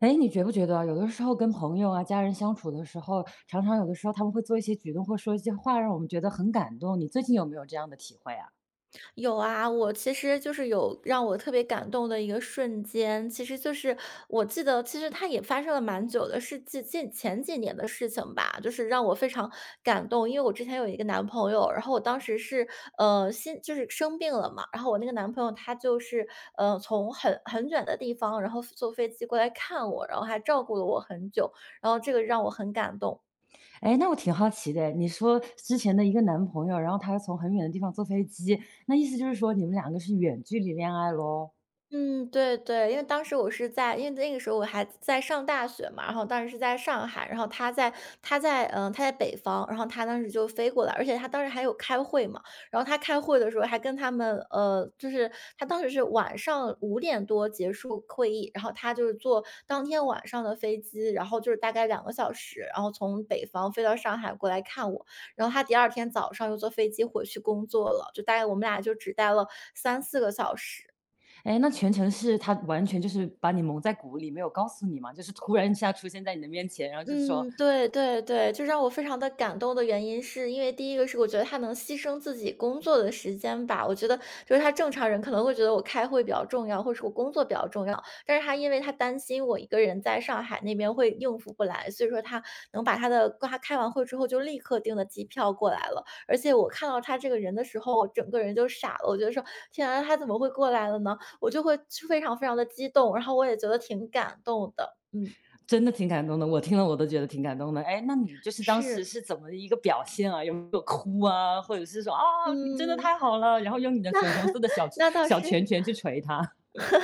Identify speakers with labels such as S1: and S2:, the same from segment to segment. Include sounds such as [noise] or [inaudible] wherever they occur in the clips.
S1: 哎，你觉不觉得啊，有的时候跟朋友啊、家人相处的时候，常常有的时候他们会做一些举动或说一些话，让我们觉得很感动。你最近有没有这样的体会啊？
S2: 有啊，我其实就是有让我特别感动的一个瞬间，其实就是我记得，其实它也发生了蛮久的，是近前几年的事情吧，就是让我非常感动，因为我之前有一个男朋友，然后我当时是心就是生病了嘛，然后我那个男朋友他就是从很远的地方，然后坐飞机过来看我，然后还照顾了我很久，然后这个让我很感动。
S1: 哎，那我挺好奇的，你说之前的一个男朋友，然后他从很远的地方坐飞机，那意思就是说你们两个是远距离恋爱喽？
S2: 嗯，对对，因为当时我是在因为那个时候我还在上大学嘛，然后当时是在上海，然后他在北方，然后他当时就飞过来，而且他当时还有开会嘛，然后他开会的时候还跟他们，就是他当时是晚上5点多结束会议，然后他就是坐当天晚上的飞机，然后就是大概2个小时，然后从北方飞到上海过来看我，然后他第二天早上又坐飞机回去工作了，就大概我们俩就只待了3、4个小时。
S1: 哎，那全程是他完全就是把你蒙在鼓里，没有告诉你嘛？就是突然一下出现在你的面前，然后就说：
S2: 嗯，对对对，就让我非常的感动的原因是因为第一个是我觉得他能牺牲自己工作的时间吧，我觉得就是他正常人可能会觉得我开会比较重要，或者是我工作比较重要，但是他因为他担心我一个人在上海那边会应付不来，所以说他能把他开完会之后就立刻订的机票过来了。而且我看到他这个人的时候，我整个人就傻了，我觉得说："天啊，他怎么会过来了呢？"我就会非常非常的激动，然后我也觉得挺感动的，嗯，
S1: 真的挺感动的，我听了我都觉得挺感动的。哎，那你就是当时
S2: 是。
S1: 是怎么一个表现啊？有没有哭啊？或者是说啊，你真的
S2: 嗯，
S1: 太好了，然后用你的
S2: 那
S1: 粉红色
S2: [laughs]
S1: 的小
S2: 那倒
S1: 小
S2: 是
S1: 拳拳去捶他？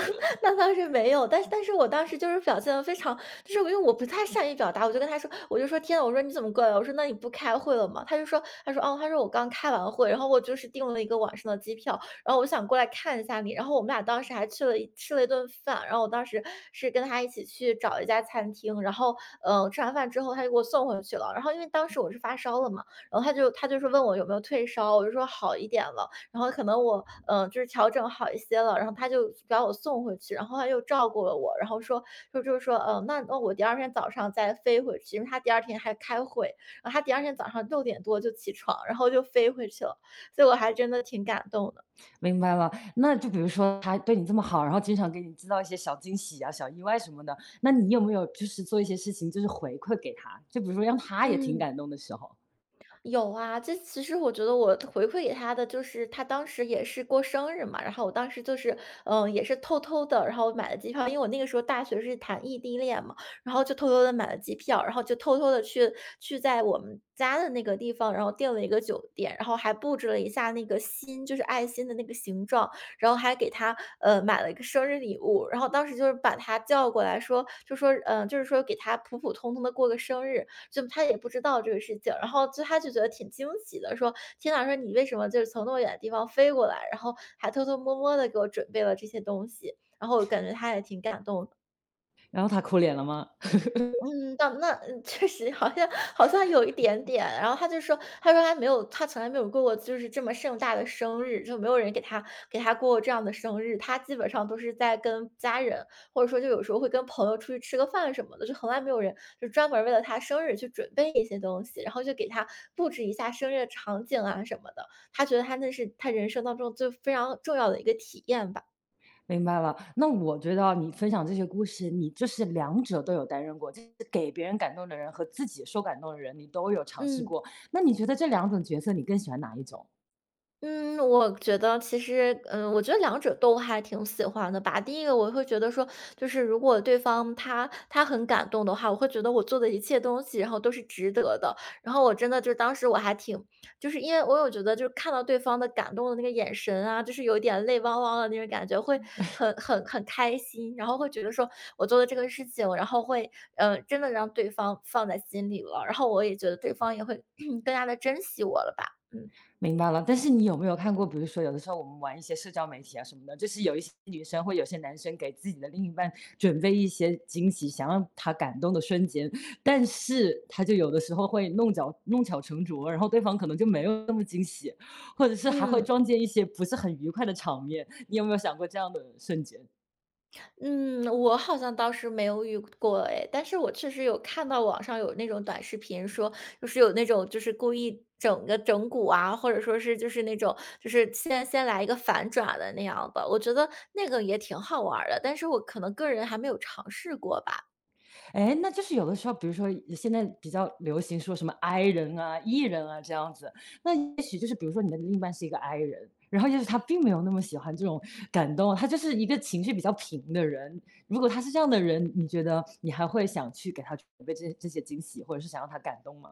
S2: [laughs] 那倒是没有，但是我当时就是表现的非常就是因为我不太善于表达，我就跟他说，我就说："天呐，我说你怎么过来了我说："那你不开会了吗？"他就说，他说："哦，他说我刚开完会，然后我就是订了一个晚上的机票，然后我想过来看一下你。"然后我们俩当时还去了一吃了一顿饭，然后我当时是跟他一起去找了一家餐厅，然后吃完饭之后他就给我送回去了。然后因为当时我是发烧了嘛，然后他就是问我有没有退烧，我就说好一点了。然后可能我，就是调整好一些了，然后他就把我送回去，然后他又照顾了我，然后说就是说，嗯，那我第二天早上再飞回去，因为他第二天还开会，然后他第二天早上6点多就起床，然后就飞回去了，所以我还真的挺感动的，
S1: 明白了，那就比如说他对你这么好，然后经常给你制造一些小惊喜啊、小意外什么的，那你有没有就是做一些事情，就是回馈给他？就比如说让他也挺
S2: 嗯。
S1: 感动的时候，
S2: 有啊，这其实我觉得我回馈给他的就是他当时也是过生日嘛，然后我当时就是，也是偷偷的，然后买了机票，因为我那个时候大学是谈异地恋嘛，然后就偷偷的买了机票，然后就偷偷的去在我们家的那个地方，然后订了一个酒店，然后还布置了一下那个心，就是爱心的那个形状，然后还给他买了一个生日礼物，然后当时就是把他叫过来说，就说，就是说给他普普通通的过个生日，就他也不知道这个事情，然后就他就觉得挺惊喜的，说："天呐，说你为什么就是从那么远的地方飞过来，然后还偷偷摸摸的给我准备了这些东西。"然后我感觉他也挺感动的。
S1: 然后他哭脸了吗？
S2: 嗯，到那确实好像有一点点。然后他就说，他说他没有，他从来没有过过就是这么盛大的生日，就没有人给他过过这样的生日。他基本上都是在跟家人，或者说就有时候会跟朋友出去吃个饭什么的，就从来没有人就专门为了他生日去准备一些东西，然后就给他布置一下生日的场景啊什么的。他觉得他那是他人生当中最非常重要的一个体验吧。
S1: 明白了，那我觉得啊你分享这些故事，你就是两者都有担任过，就是给别人感动的人和自己受感动的人，你都有尝试
S2: 嗯。
S1: 过。那你觉得这两种角色，你更喜欢哪一种？
S2: 嗯，我觉得其实，我觉得两者都还挺喜欢的吧。第一个我会觉得说，就是如果对方他很感动的话，我会觉得我做的一切东西，然后都是值得的。然后我真的就当时我还挺，就是因为我有觉得就是看到对方的感动的那个眼神啊，就是有点泪汪汪的那种感觉，会很开心，然后会觉得说我做的这个事情，然后会真的让对方放在心里了，然后我也觉得对方也会 [clears throat] 更加的珍惜我了吧，嗯
S1: 明白了，但是你有没有看过，比如说有的时候我们玩一些社交媒体啊什么的，就是有一些女生或有些男生给自己的另一半准备一些惊喜，想让他感动的瞬间，但是他就有的时候会弄巧成拙，然后对方可能就没有那么惊喜，或者是还会
S2: 嗯。
S1: 撞见一些不是很愉快的场面，你有没有想过这样的瞬间？
S2: 嗯，我好像倒是没有遇过哎，但是我确实有看到网上有那种短视频说，就是有那种就是故意整个整蛊啊，或者说是就是那种就是先来一个反转的那样的，我觉得那个也挺好玩儿的，但是我可能个人还没有尝试过吧。
S1: 哎，那就是有的时候，比如说现在比较流行说什么 I 人啊、E 人啊这样子，那也许就是比如说你的另一半是一个 I 人，然后也许他并没有那么喜欢这种感动，他就是一个情绪比较平的人。如果他是这样的人，你觉得你还会想去给他准备这些惊喜，或者是想让他感动吗？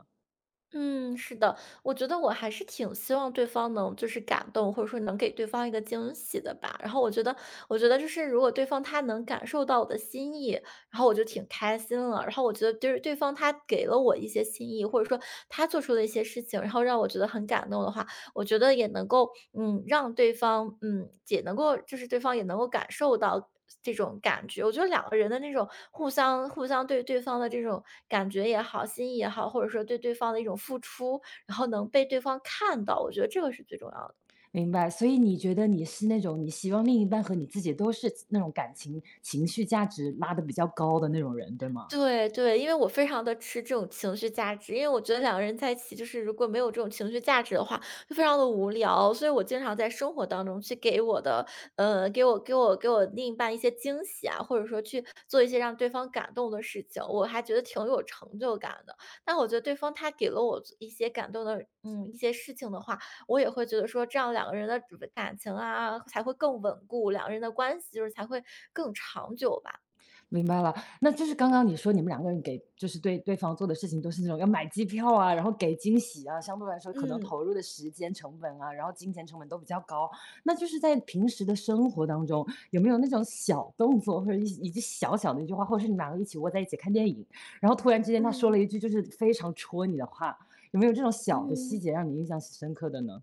S2: 嗯，是的，我觉得我还是挺希望对方能就是感动，或者说能给对方一个惊喜的吧。然后我觉得，我觉得就是如果对方他能感受到我的心意，然后我就挺开心了。然后我觉得就是对方他给了我一些心意，或者说他做出的一些事情，然后让我觉得很感动的话，我觉得也能够，嗯，让对方，嗯，也能够就是对方也能够感受到这种感觉。我觉得两个人的那种互相对方的这种感觉也好，心意也好，或者说对对方的一种付出，然后能被对方看到，我觉得这个是最重要的。
S1: 明白，所以你觉得你是那种你希望另一半和你自己都是那种感情、情绪价值拉的比较高的那种人，对吗？
S2: 对对，因为我非常的吃这种情绪价值，因为我觉得两个人在一起，就是如果没有这种情绪价值的话，就非常的无聊。所以我经常在生活当中去给我的呃，给我给我给我另一半一些惊喜啊，或者说去做一些让对方感动的事情，我还觉得挺有成就感的。但我觉得对方他给了我一些感动的一些事情的话，我也会觉得说这样两个人的感情啊，才会更稳固，两个人的关系就是才会更长久吧。
S1: 明白了，那就是刚刚你说你们两个人给就是对对方做的事情都是那种要买机票啊，然后给惊喜啊，相对来说可能
S2: 嗯，
S1: 投入的时间成本啊，然后金钱成本都比较高。那就是在平时的生活当中，有没有那种小动作或者一句小小的一句话，或者是你们两个一起窝在一起看电影，然后突然之间他说了
S2: 嗯。
S1: 一句就是非常戳你的话，有没有这种小的细
S2: 嗯，
S1: 节让你印象深刻的呢？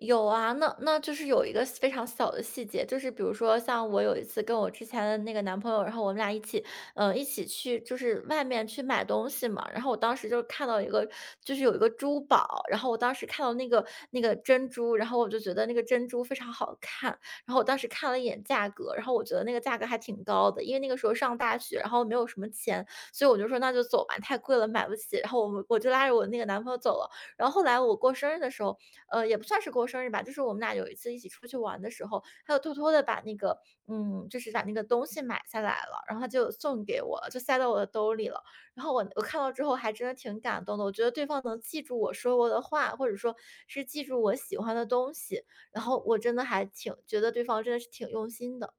S2: 有啊，那就是有一个非常小的细节，就是比如说像我有一次跟我之前的那个男朋友，然后我们俩一起，嗯，一起去就是外面去买东西嘛，然后我当时就看到一个就是有一个珠宝，然后我当时看到那个珍珠，然后我就觉得那个珍珠非常好看，然后我当时看了一眼价格，然后我觉得那个价格还挺高的，因为那个时候上大学，然后没有什么钱，所以我就说那就走吧，太贵了买不起，然后我就拉着我那个男朋友走了，然后后来我过生日的时候。也不算是过生日吧，就是我们俩有一次一起出去玩的时候，他就偷偷的把那个东西买下来了，然后他就送给我了，就塞到我的兜里了。然后我看到之后还真的挺感动的，我觉得对方能记住我说过的话，或者说是记住我喜欢的东西，然后我真的还挺觉得对方真的是挺用心的。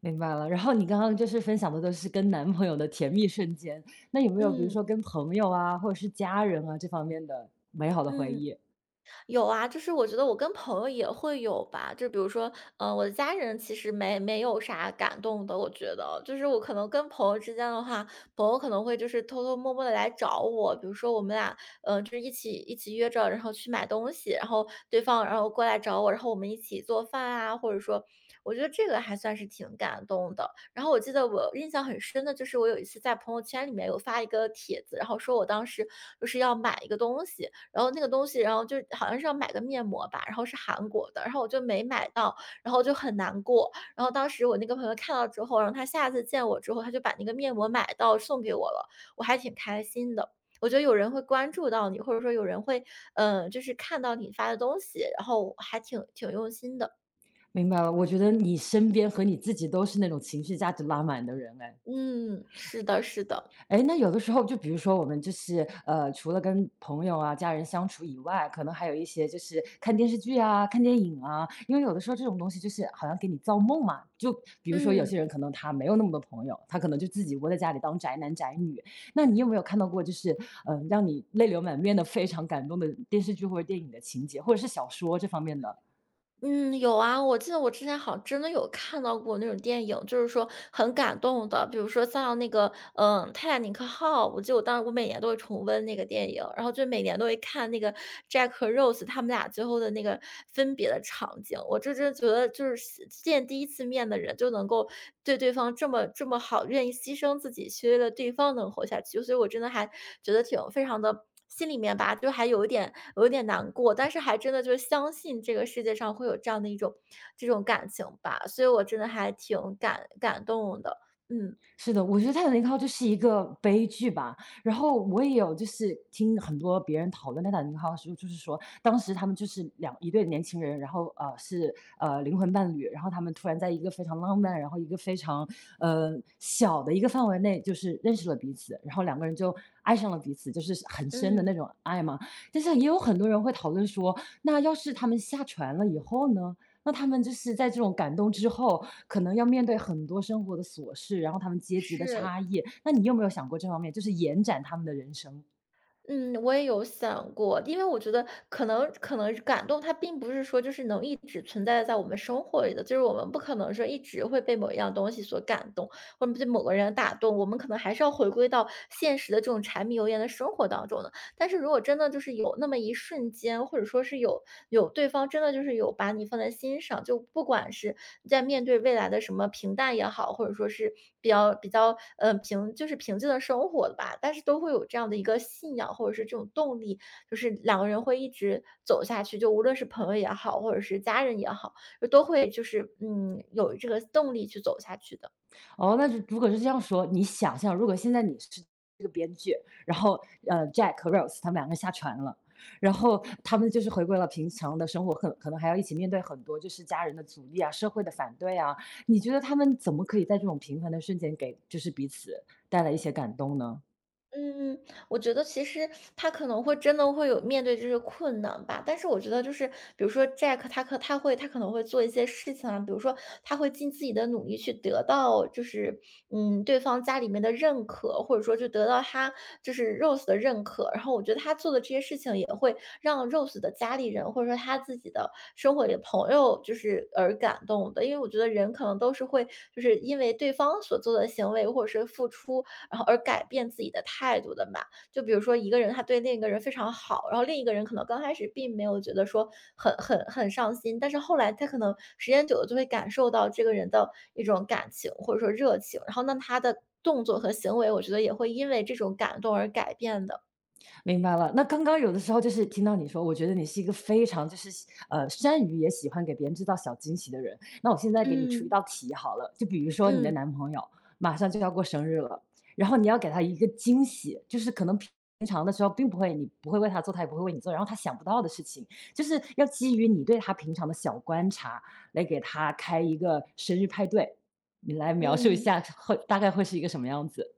S1: 明白了，然后你刚刚就是分享的都是跟男朋友的甜蜜瞬间，那有没有比如
S2: 嗯。
S1: 说跟朋友啊，或者是家人啊这方面的美好的回
S2: 嗯。
S1: 忆？
S2: 有啊，就是我觉得我跟朋友也会有吧，就比如说，我的家人其实没有啥感动的，我觉得，就是我可能跟朋友之间的话，朋友可能会就是偷偷摸摸的来找我，比如说我们俩，就是一起约着，然后去买东西，然后对方然后过来找我，然后我们一起做饭啊，或者说，我觉得这个还算是挺感动的。然后我记得我印象很深的就是我有一次在朋友圈里面有发一个帖子，然后说我当时就是要买一个东西，然后那个东西，然后就好像是要买个面膜吧，然后是韩国的，然后我就没买到，然后就很难过。然后当时我那个朋友看到之后，然后他下次见我之后，他就把那个面膜买到送给我了，我还挺开心的。我觉得有人会关注到你，或者说有人会，就是看到你发的东西，然后还挺用心的。
S1: 明白了，我觉得你身边和你自己都是那种情绪价值拉满的人哎。
S2: 嗯，是的，是的。
S1: 哎诶，那有的时候就比如说我们就是，除了跟朋友啊、家人相处以外，可能还有一些就是看电视剧啊、看电影啊，因为有的时候这种东西就是好像给你造梦嘛。就比如说有些
S2: 嗯。
S1: 人可能他没有那么多朋友，他可能就自己窝在家里当宅男宅女。那你有没有看到过就是让你泪流满面的非常感动的电视剧或者电影的情节，或者是小说这方面的？
S2: 嗯，有啊，我记得我之前好像真的有看到过那种电影，就是说很感动的，比如说像那个，《泰坦尼克号》，我记得我当时我每年都会重温那个电影，然后就每年都会看那个 Jack 和 Rose 他们俩最后的那个分别的场景，我真觉得就是见第一次面的人就能够对对方这么好，愿意牺牲自己去为了对方能活下去，所以我真的还觉得挺非常的。心里面吧，就还有一点难过，但是还真的就是相信这个世界上会有这样的一种感情吧，所以我真的还挺感动的。嗯。
S1: 是的，我觉得《泰坦尼克号》就是一个悲剧吧。然后我也有就是听很多别人讨论《泰坦尼克号》的时候，就是说当时他们就是两一对年轻人，然后是灵魂伴侣，然后他们突然在一个非常浪漫，然后一个非常小的一个范围内，就是认识了彼此，然后两个人就爱上了彼此，就是很深的那
S2: 嗯，
S1: 种爱嘛。但是也有很多人会讨论说，那要是他们下船了以后呢？那他们就是在这种感动之后，可能要面对很多生活的琐事，然后他们阶级的
S2: 是
S1: 差异。那你有没有想过这方面，就是延展他们的人生？
S2: 嗯，我也有想过，因为我觉得可能感动它并不是说就是能一直存在在我们生活里的，就是我们不可能说一直会被某一样东西所感动，或者被某个人打动，我们可能还是要回归到现实的这种柴米油盐的生活当中的。但是如果真的就是有那么一瞬间，或者说是有对方真的就是有把你放在心上，就不管是在面对未来的什么平淡也好，或者说是比较比较，呃，平就是平静的生活吧，但是都会有这样的一个信仰，或者是这种动力，就是两个人会一直走下去，就无论是朋友也好，或者是家人也好，就都会就是，有这个动力去走下去的。
S1: 哦，那如果是这样说，你想象如果现在你是这个编剧，然后Jack 和 Rose 他们两个下船了。然后他们就是回归了平常的生活，可能还要一起面对很多就是家人的阻力啊、社会的反对啊。你觉得他们怎么可以在这种平凡的瞬间给就是彼此带来一些感动呢？
S2: 嗯，我觉得其实他可能会真的会有面对这些困难吧，但是我觉得就是，比如说 Jack，他可能会做一些事情啊，比如说他会尽自己的努力去得到，就是对方家里面的认可，或者说就得到他就是 Rose 的认可，然后我觉得他做的这些事情也会让 Rose 的家里人或者说他自己的生活里的朋友就是而感动的，因为我觉得人可能都是会就是因为对方所做的行为或者是付出。然后而改变自己的态度的嘛。就比如说一个人他对另一个人非常好，然后另一个人可能刚开始并没有觉得说很上心，但是后来他可能时间久了就会感受到这个人的一种感情或者说热情，然后那他的动作和行为，我觉得也会因为这种感动而改变的。
S1: 明白了，那刚刚有的时候就是听到你说，我觉得你是一个非常就是善于也喜欢给别人制造小惊喜的人。那我现在给你出一
S2: 嗯
S1: 道题好了，就比如说你的
S2: 嗯
S1: 男朋友马上就要过生日了，然后你要给他一个惊喜，就是可能平常的时候并不会，你不会为他做，他也不会为你做，然后他想不到的事情，就是要基于你对他平常的小观察来给他开一个生日派对。你来描述一
S2: 嗯。
S1: 下会大概会是一个什么样子？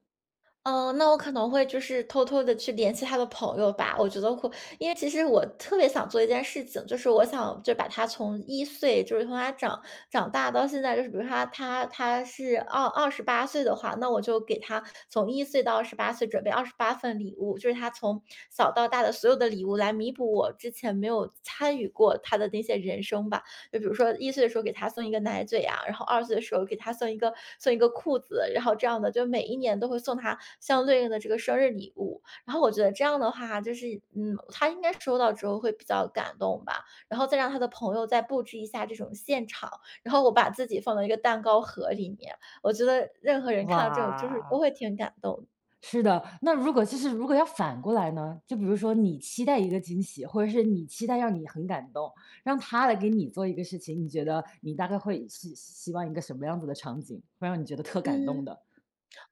S2: 那我可能会就是偷偷的去联系他的朋友吧，我觉得会因为其实我特别想做一件事情，就是我想就把他从一岁，就是从他长大到现在，就是比如他是二十八岁的话，那我就给他从一岁到二十八岁准备28份礼物，就是他从小到大的所有的礼物来弥补我之前没有参与过他的那些人生吧。就比如说一岁的时候给他送一个奶嘴啊，然后2岁的时候给他送一个裤子，然后这样的，就每一年都会送他相对应的这个生日礼物。然后我觉得这样的话，就是，他应该收到之后会比较感动吧，然后再让他的朋友再布置一下这种现场，然后我把自己放到一个蛋糕盒里面，我觉得任何人看到这种就是都
S1: 哇，
S2: 会挺感动的。
S1: 是的，那如果就是如果要反过来呢？就比如说你期待一个惊喜，或者是你期待让你很感动，让他来给你做一个事情，你觉得你大概会希望一个什么样子的场景，会让你觉得特感动
S2: 嗯。
S1: 的？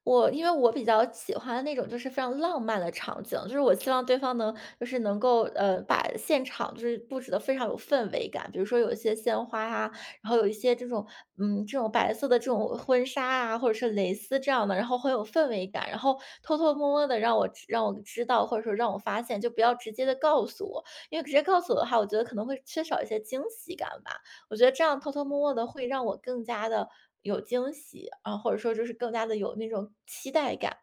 S2: 因为我比较喜欢那种就是非常浪漫的场景，就是我希望对方能就是能够呃把现场就是布置的非常有氛围感，比如说有一些鲜花啊，然后有一些这种白色的这种婚纱啊，或者是蕾丝这样的，然后很有氛围感，然后偷偷摸摸的让我知道或者说让我发现，就不要直接的告诉我，因为直接告诉我的话，我觉得可能会缺少一些惊喜感吧。我觉得这样偷偷摸摸的会让我更加的有惊喜，啊，或者说就是更加的有那种期待感。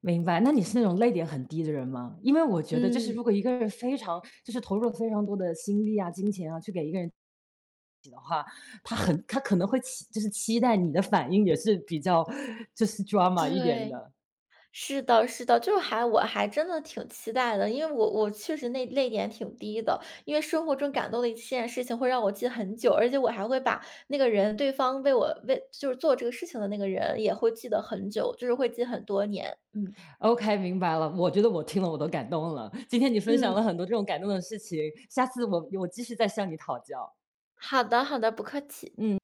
S1: 明白，那你是那种泪点很低的人吗？因为我觉得就是
S2: 嗯，
S1: 如果一个人非常就是投入了非常多的心力啊、金钱啊，去给一个人，他可能会期就是期待你的反应也是比较就是 drama 一点
S2: 对，
S1: 的。
S2: 是的是的，就是我还真的挺期待的，因为我确实那泪点挺低的，因为生活中感动的一件事情会让我记很久，而且我还会把那个人对方为我为就是做这个事情的那个人也会记得很久，就是会记很多年。嗯。
S1: OK，明白了。我觉得我听了我都感动了，今天你分享了
S2: 嗯，
S1: 很多这种感动的事情，下次我继续再向你讨教。
S2: 好的好的，不客气。
S1: 嗯。